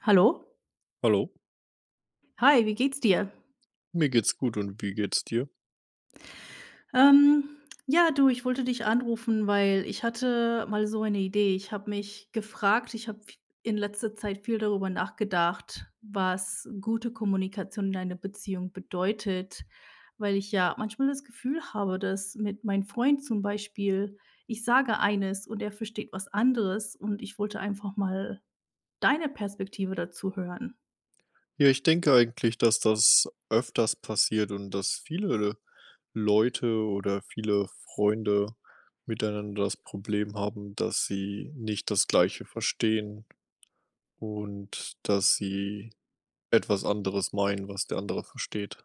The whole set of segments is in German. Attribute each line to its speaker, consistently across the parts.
Speaker 1: Hallo.
Speaker 2: Hallo,
Speaker 1: Hi, wie geht's dir?
Speaker 2: mir geht's gut und wie geht's dir?
Speaker 1: Ähm, ja, du, ich wollte dich anrufen, weil ich hatte mal so eine Idee. Ich habe in letzter Zeit viel darüber nachgedacht, was gute Kommunikation in einer Beziehung bedeutet, weil ich ja manchmal das Gefühl habe, dass mit meinem Freund zum Beispiel, ich sage eines und er versteht was anderes und ich wollte einfach mal deine Perspektive dazu hören.
Speaker 2: Ja, ich denke eigentlich, dass das öfters passiert und dass viele Leute oder viele Freunde miteinander das Problem haben, dass sie nicht das Gleiche verstehen und dass sie etwas anderes meinen, was der andere versteht.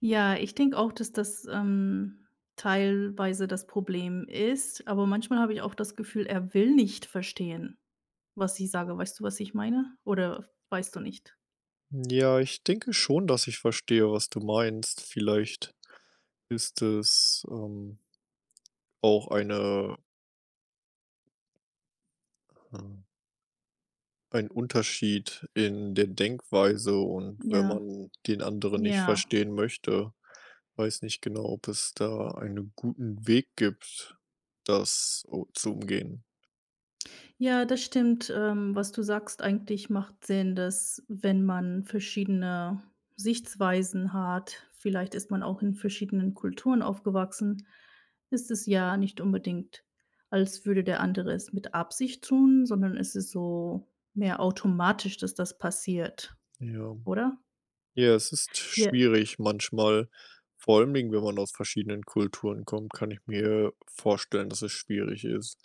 Speaker 1: Ja, ich denke auch, dass das, teilweise das Problem ist, aber manchmal habe ich auch das Gefühl, er will nicht verstehen, was ich sage. Weißt du, was ich meine? Oder weißt du nicht?
Speaker 2: Ja, ich denke schon, dass ich verstehe, was du meinst. Vielleicht ist es, auch eine, äh Ein Unterschied in der Denkweise, und wenn
Speaker 1: Ja,
Speaker 2: man den anderen nicht
Speaker 1: ja.
Speaker 2: verstehen möchte, weiß nicht genau, ob es da einen guten Weg gibt, das o zu umgehen.
Speaker 1: Ja, das stimmt. Was du sagst, eigentlich macht Sinn, dass wenn man verschiedene Sichtweisen hat, vielleicht ist man auch in verschiedenen Kulturen aufgewachsen, ist es ja nicht unbedingt, als würde der andere es mit Absicht tun, sondern es ist so mehr automatisch, dass das passiert,
Speaker 2: Ja.
Speaker 1: oder?
Speaker 2: Ja, es ist schwierig manchmal, vor allem, wenn man aus verschiedenen Kulturen kommt, kann ich mir vorstellen, dass es schwierig ist,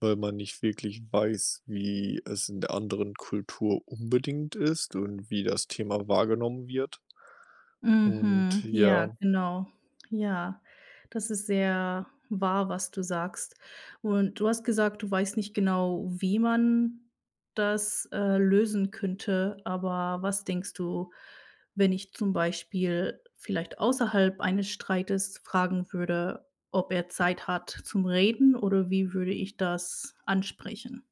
Speaker 2: weil man nicht wirklich weiß, wie es in der anderen Kultur unbedingt ist und wie das Thema wahrgenommen wird. Und
Speaker 1: Mhm. Ja,
Speaker 2: ja.
Speaker 1: genau. Ja, das ist sehr wahr, was du sagst. Und du hast gesagt, du weißt nicht genau, wie man das, lösen könnte, aber was denkst du, wenn ich zum Beispiel vielleicht außerhalb eines Streites fragen würde, ob er Zeit hat zum Reden oder wie würde ich das ansprechen?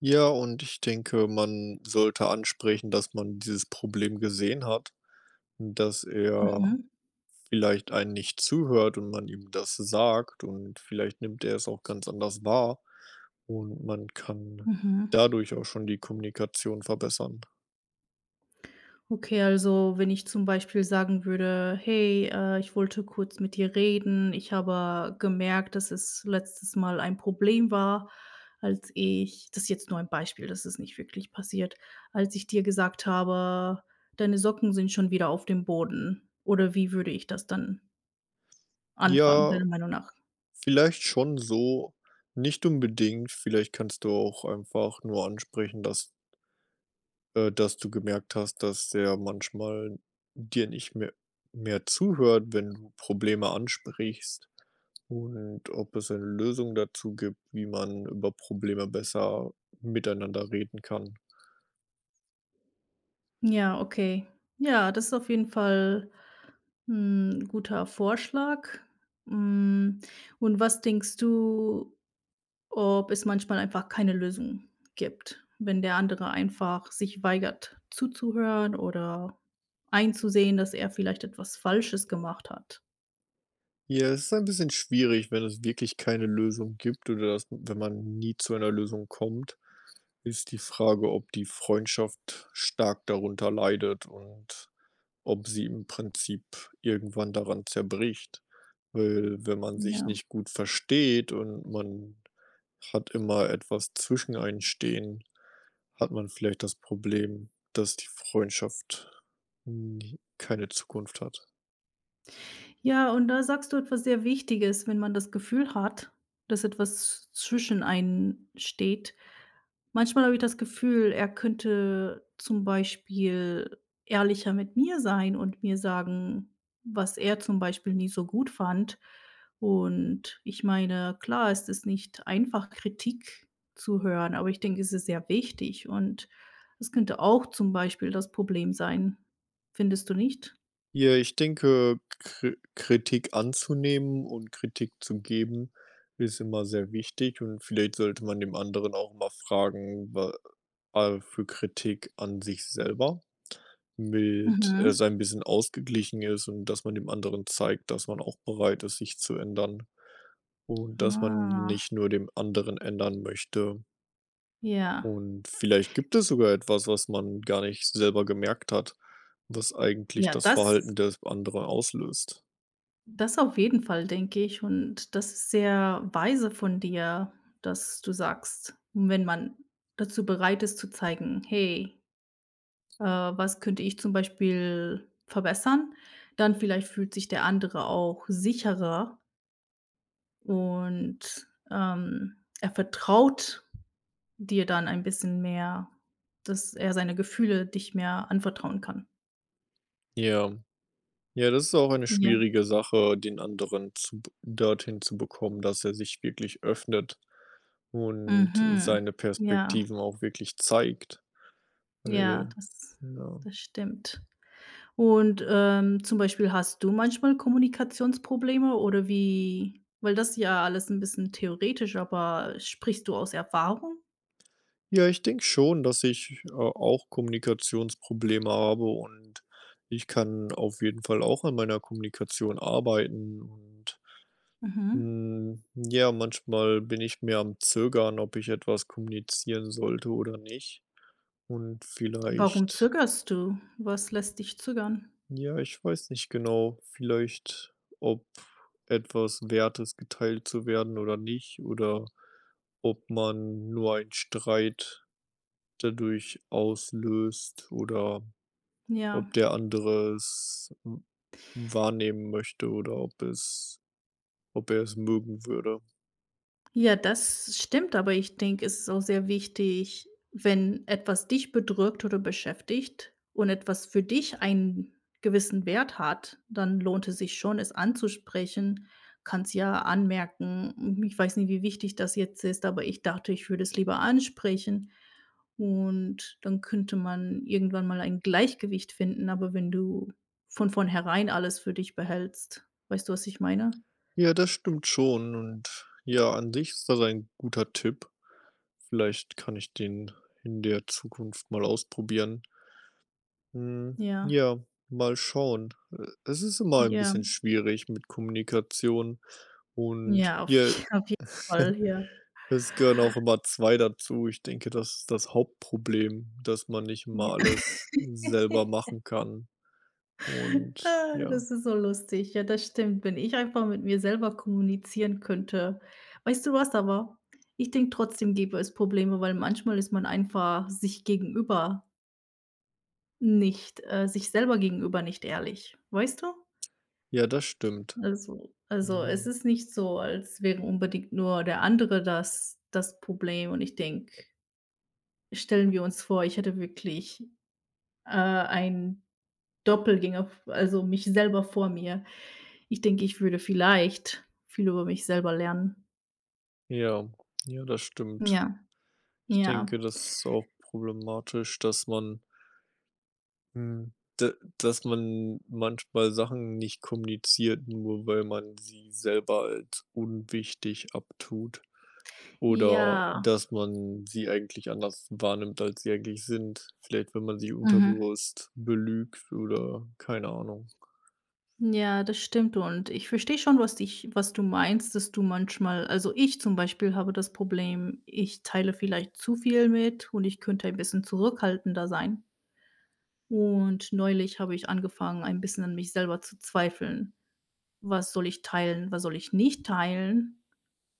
Speaker 2: Ja, und ich denke, man sollte ansprechen, dass man dieses Problem gesehen hat, dass er
Speaker 1: Mhm.
Speaker 2: vielleicht einen nicht zuhört und man ihm das sagt, und vielleicht nimmt er es auch ganz anders wahr und man kann
Speaker 1: Mhm.
Speaker 2: dadurch auch schon die Kommunikation verbessern.
Speaker 1: Okay, also wenn ich zum Beispiel sagen würde: „Hey, ich wollte kurz mit dir reden. Ich habe gemerkt, dass es letztes Mal ein Problem war, als ich“ das ist jetzt nur ein Beispiel, das ist nicht wirklich passiert, „als ich dir gesagt habe: ‚Deine Socken sind schon wieder auf dem Boden.'“ Oder wie würde ich das dann anfangen,
Speaker 2: Ja,
Speaker 1: deiner Meinung nach?
Speaker 2: vielleicht schon so, nicht unbedingt. Vielleicht kannst du auch einfach nur ansprechen, dass du gemerkt hast, dass der manchmal dir nicht mehr zuhört, wenn du Probleme ansprichst, und ob es eine Lösung dazu gibt, wie man über Probleme besser miteinander reden kann.
Speaker 1: Ja, okay. Ja, das ist auf jeden Fall ein guter Vorschlag. Hm, und was denkst du? Ob es manchmal einfach keine Lösung gibt, wenn der andere einfach sich weigert zuzuhören oder einzusehen, dass er vielleicht etwas Falsches gemacht hat.
Speaker 2: Ja, es ist ein bisschen schwierig, wenn es wirklich keine Lösung gibt, oder dass, wenn man nie zu einer Lösung kommt, ist die Frage, ob die Freundschaft stark darunter leidet und ob sie im Prinzip irgendwann daran zerbricht. Weil, wenn man sich
Speaker 1: Ja.
Speaker 2: nicht gut versteht und man hat immer etwas zwischen einen stehen, hat man vielleicht das Problem, dass die Freundschaft nie keine Zukunft hat.
Speaker 1: Ja, und da sagst du etwas sehr Wichtiges, wenn man das Gefühl hat, dass etwas zwischen einen steht. Manchmal habe ich das Gefühl, er könnte zum Beispiel ehrlicher mit mir sein und mir sagen, was er zum Beispiel nie so gut fand. Und ich meine, klar, es ist nicht einfach, Kritik zu hören, aber ich denke, es ist sehr wichtig und es könnte auch zum Beispiel das Problem sein. Findest du nicht?
Speaker 2: Ja, ich denke, Kritik anzunehmen und Kritik zu geben ist immer sehr wichtig, und vielleicht sollte man dem anderen auch mal fragen, wa für Kritik an sich selber, mit es
Speaker 1: Mhm.
Speaker 2: ein bisschen ausgeglichen ist und dass man dem anderen zeigt, dass man auch bereit ist, sich zu ändern, und dass man
Speaker 1: Ah.
Speaker 2: nicht nur dem anderen ändern möchte.
Speaker 1: Ja,
Speaker 2: Und vielleicht gibt es sogar etwas, was man gar nicht selber gemerkt hat, was eigentlich
Speaker 1: ja,
Speaker 2: das
Speaker 1: das
Speaker 2: Verhalten des anderen auslöst.
Speaker 1: das auf jeden Fall, denke ich. Und das ist sehr weise von dir, dass du sagst, wenn man dazu bereit ist zu zeigen: „Hey, was könnte ich zum Beispiel verbessern?“ Dann vielleicht fühlt sich der andere auch sicherer und, er vertraut dir dann ein bisschen mehr, dass er seine Gefühle dich mehr anvertrauen kann.
Speaker 2: Ja, ja, das ist auch eine
Speaker 1: Ja.
Speaker 2: schwierige Sache, den anderen zu, dorthin zu bekommen, dass er sich wirklich öffnet und
Speaker 1: Mhm.
Speaker 2: seine
Speaker 1: Ja.
Speaker 2: Perspektiven auch wirklich zeigt.
Speaker 1: Ja,
Speaker 2: Weil,
Speaker 1: das
Speaker 2: ja.
Speaker 1: das stimmt. Und, zum Beispiel hast du manchmal Kommunikationsprobleme oder wie, weil das ist ja alles ein bisschen theoretisch, aber sprichst du aus Erfahrung?
Speaker 2: Ja, ich denke schon, dass ich auch Kommunikationsprobleme habe und ich kann auf jeden Fall auch an meiner Kommunikation arbeiten. Und
Speaker 1: Mhm.
Speaker 2: Ja, manchmal bin ich mir am Zögern, ob ich etwas kommunizieren sollte oder nicht. Und
Speaker 1: Warum
Speaker 2: vielleicht,
Speaker 1: zögerst du? Was lässt dich zögern?
Speaker 2: ja, ich weiß nicht genau, vielleicht, ob etwas wert ist, geteilt zu werden oder nicht, oder ob man nur einen Streit dadurch auslöst, oder ob
Speaker 1: Ja.
Speaker 2: der andere es wahrnehmen möchte, oder ob es, ob er es mögen würde.
Speaker 1: Ja, das stimmt, aber ich denke, es ist auch sehr wichtig, wenn etwas dich bedrückt oder beschäftigt und etwas für dich einen gewissen Wert hat, dann lohnt es sich schon, es anzusprechen. Kannst ja anmerken, hm, ich weiß nicht, wie wichtig das jetzt ist, aber ich dachte, ich würde es lieber ansprechen. Und dann könnte man irgendwann mal ein Gleichgewicht finden, aber wenn du von vornherein alles für dich behältst, weißt du, was ich meine?
Speaker 2: Ja, das stimmt schon, und ja, an sich ist das ein guter Tipp. Vielleicht kann ich den in der Zukunft mal ausprobieren. Hm,
Speaker 1: Ja,
Speaker 2: ja, mal schauen. Es ist immer ein
Speaker 1: ja.
Speaker 2: bisschen schwierig mit Kommunikation, und
Speaker 1: Ja, auf
Speaker 2: ja,
Speaker 1: je auf jeden Fall, ja.
Speaker 2: es gehören auch immer 2 dazu. Ich denke, das ist das Hauptproblem, dass man nicht immer
Speaker 1: Ja.
Speaker 2: alles selber machen kann, und
Speaker 1: Ah,
Speaker 2: ja.
Speaker 1: das ist so lustig. Ja, das stimmt. Wenn ich einfach mit mir selber kommunizieren könnte. Weißt du was aber? Ich denke, trotzdem gäbe es Probleme, weil manchmal ist man einfach sich gegenüber nicht sich selber gegenüber nicht ehrlich, weißt du?
Speaker 2: Ja, das stimmt.
Speaker 1: Also,
Speaker 2: Ja.
Speaker 1: es ist nicht so, als wäre unbedingt nur der andere das Problem und ich denke, stellen wir uns vor, ich hätte wirklich, ein Doppelgänger, also mich selber vor mir. Ich denke, ich würde vielleicht viel über mich selber lernen.
Speaker 2: Ja, ja, das stimmt.
Speaker 1: Ja.
Speaker 2: Ich
Speaker 1: Ja,
Speaker 2: denke, das ist auch problematisch, hm, d dass man manchmal Sachen nicht kommuniziert, nur weil man sie selber als unwichtig abtut, oder
Speaker 1: ja.
Speaker 2: dass man sie eigentlich anders wahrnimmt, als sie eigentlich sind. Vielleicht, wenn man sie
Speaker 1: Mhm.
Speaker 2: unterbewusst belügt oder keine Ahnung.
Speaker 1: Ja, das stimmt und ich verstehe schon, was du meinst, dass du manchmal, also ich zum Beispiel habe das Problem, ich teile vielleicht zu viel mit und ich könnte ein bisschen zurückhaltender sein. Und neulich habe ich angefangen, ein bisschen an mich selber zu zweifeln. Was soll ich teilen, was soll ich nicht teilen?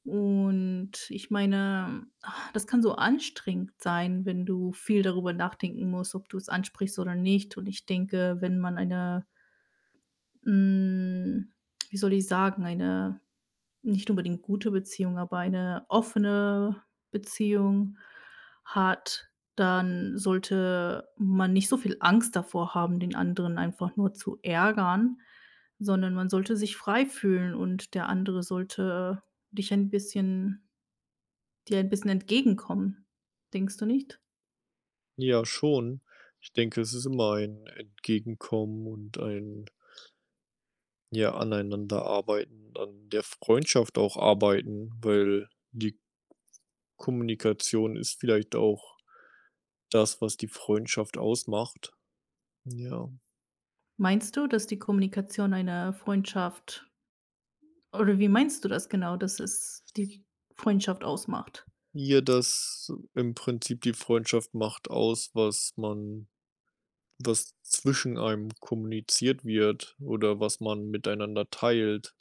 Speaker 1: Und ich meine, das kann so anstrengend sein, wenn du viel darüber nachdenken musst, ob du es ansprichst oder nicht. Und ich denke, wenn man eine, hm, wie soll ich sagen, eine nicht unbedingt gute Beziehung, aber eine offene Beziehung hat, dann sollte man nicht so viel Angst davor haben, den anderen einfach nur zu ärgern, sondern man sollte sich frei fühlen und der andere sollte dich ein bisschen Dir ein bisschen entgegenkommen, denkst du nicht?
Speaker 2: Ja, schon. Ich denke, es ist immer ein Entgegenkommen und ein, ja, Aneinanderarbeiten, an der Freundschaft auch arbeiten, weil die Kommunikation ist vielleicht auch das, was die Freundschaft ausmacht. Ja.
Speaker 1: Meinst du, dass die Kommunikation einer Freundschaft, oder wie meinst du das genau, dass es die Freundschaft ausmacht?
Speaker 2: Hier das im Prinzip die Freundschaft macht aus, was zwischen einem kommuniziert wird, oder was man miteinander teilt.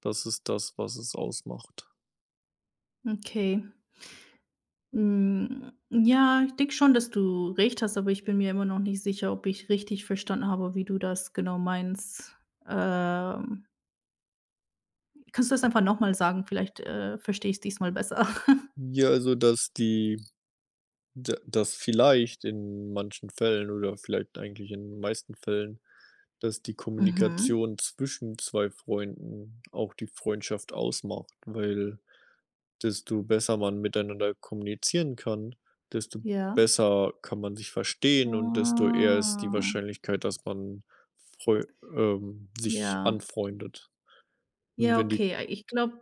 Speaker 2: Das ist das, was es ausmacht.
Speaker 1: Okay. Hm, ja, ich denke schon, dass du recht hast, aber ich bin mir immer noch nicht sicher, ob ich richtig verstanden habe, wie du das genau meinst. Ähm, kannst du das einfach noch mal sagen? Vielleicht verstehe ich's diesmal besser.
Speaker 2: Ja, also, dass die D dass vielleicht in manchen Fällen, oder vielleicht eigentlich in den meisten Fällen, dass die
Speaker 1: Mhm.
Speaker 2: Kommunikation zwischen 2 Freunden auch die Freundschaft ausmacht, weil desto besser man miteinander kommunizieren kann, desto
Speaker 1: Ja.
Speaker 2: besser kann man sich verstehen und desto eher ist die
Speaker 1: Ah.
Speaker 2: Wahrscheinlichkeit, dass man Freu sich
Speaker 1: Ja.
Speaker 2: anfreundet. Und
Speaker 1: Ja,
Speaker 2: wenn die
Speaker 1: okay. Ich glaube,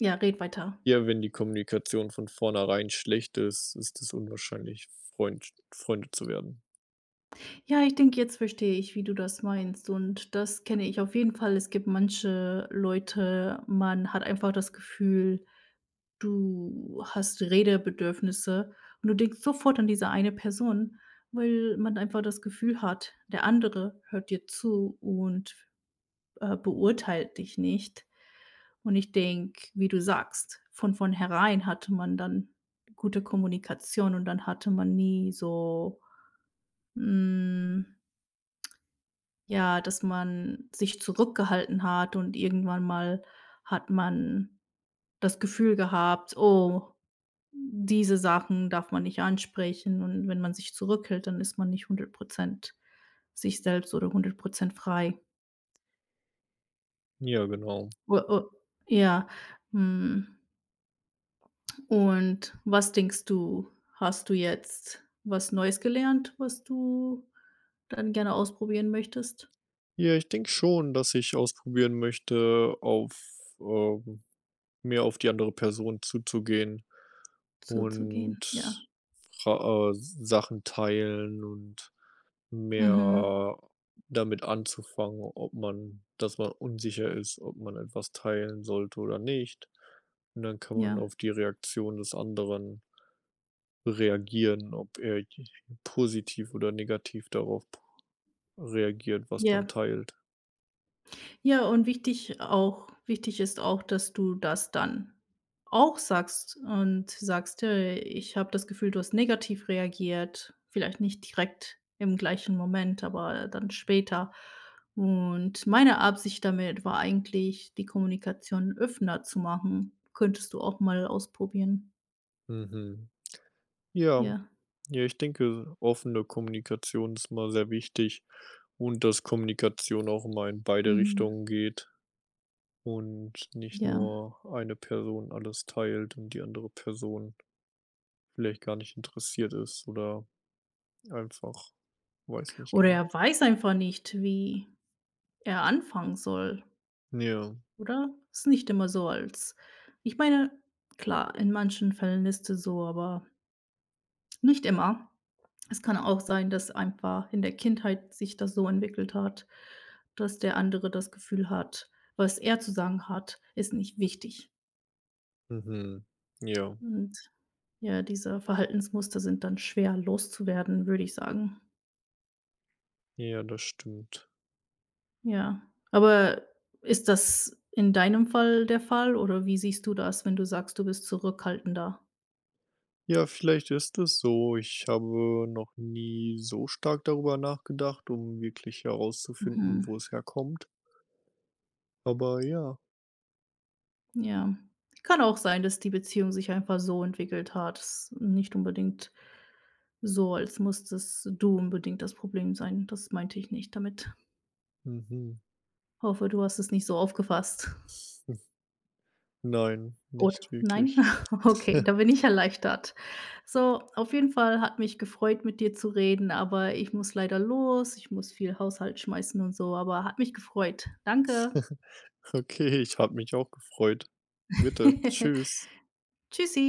Speaker 1: ja, red weiter.
Speaker 2: ja, wenn die Kommunikation von vornherein schlecht ist, ist es unwahrscheinlich, Freunde zu werden.
Speaker 1: Ja, ich denke, jetzt verstehe ich, wie du das meinst und das kenne ich auf jeden Fall. Es gibt manche Leute, man hat einfach das Gefühl, du hast Redebedürfnisse und du denkst sofort an diese eine Person, weil man einfach das Gefühl hat, der andere hört dir zu und, beurteilt dich nicht. Und ich denke, wie du sagst, von vornherein hatte man dann gute Kommunikation und dann hatte man nie so, hm, ja, dass man sich zurückgehalten hat und irgendwann mal hat man das Gefühl gehabt: „Oh, diese Sachen darf man nicht ansprechen.“ Und wenn man sich zurückhält, dann ist man nicht 100% sich selbst oder 100% frei.
Speaker 2: Ja, genau.
Speaker 1: U u Ja, hm, und was denkst du, hast du jetzt was Neues gelernt, was du dann gerne ausprobieren möchtest?
Speaker 2: Ja, ich denke schon, dass ich ausprobieren möchte, auf ähm, mehr auf die andere Person zuzugehen, und
Speaker 1: Zuzugehen, ja.
Speaker 2: fra Sachen teilen und
Speaker 1: Mhm.
Speaker 2: mehr damit anzufangen, ob man dass man unsicher ist, ob man etwas teilen sollte oder nicht. Und dann kann man
Speaker 1: Ja.
Speaker 2: auf die Reaktion des anderen reagieren, ob er j positiv oder negativ darauf reagiert, was man
Speaker 1: Ja.
Speaker 2: teilt.
Speaker 1: Ja, und wichtig auch wichtig ist auch, dass du das dann auch sagst und sagst: Ich habe das Gefühl, du hast negativ reagiert.“ Vielleicht nicht direkt im gleichen Moment, aber dann später. Und meine Absicht damit war eigentlich, die Kommunikation offener zu machen. Könntest du auch mal ausprobieren.
Speaker 2: Mhm. Ja.
Speaker 1: Ja,
Speaker 2: Ja, ich denke, offene Kommunikation ist mal sehr wichtig, und dass Kommunikation auch immer in beide
Speaker 1: mhm,
Speaker 2: Richtungen geht und nicht
Speaker 1: ja.
Speaker 2: nur eine Person alles teilt und die andere Person vielleicht gar nicht interessiert ist oder einfach weiß nicht
Speaker 1: Oder
Speaker 2: genau.
Speaker 1: er weiß einfach nicht, wie er anfangen soll.
Speaker 2: Ja,
Speaker 1: Oder? Ist nicht immer so, als, ich meine, klar, in manchen Fällen ist es so, aber nicht immer. Es kann auch sein, dass einfach in der Kindheit sich das so entwickelt hat, dass der andere das Gefühl hat, was er zu sagen hat, ist nicht wichtig.
Speaker 2: mhm. Ja,
Speaker 1: Und ja, diese Verhaltensmuster sind dann schwer loszuwerden, würde ich sagen.
Speaker 2: ja, das stimmt.
Speaker 1: Ja. Aber ist das in deinem Fall der Fall, oder wie siehst du das, wenn du sagst, du bist zurückhaltender?
Speaker 2: Ja, vielleicht ist es so. Ich habe noch nie so stark darüber nachgedacht, um wirklich herauszufinden, wo
Speaker 1: Mhm.
Speaker 2: es herkommt. Aber ja.
Speaker 1: Ja. Kann auch sein, dass die Beziehung sich einfach so entwickelt hat. Ist nicht unbedingt so, als musstest du unbedingt das Problem sein. Das meinte ich nicht damit.
Speaker 2: Mhm.
Speaker 1: Hoffe, du hast es nicht so aufgefasst.
Speaker 2: Nein,
Speaker 1: Oder
Speaker 2: nicht
Speaker 1: nein?
Speaker 2: wirklich.
Speaker 1: Okay, da bin ich erleichtert. So, auf jeden Fall hat mich gefreut, mit dir zu reden, aber ich muss leider los. Ich muss viel Haushalt schmeißen und so, aber hat mich gefreut. Danke.
Speaker 2: Okay, ich habe mich auch gefreut. Bitte, tschüss.
Speaker 1: Tschüssi.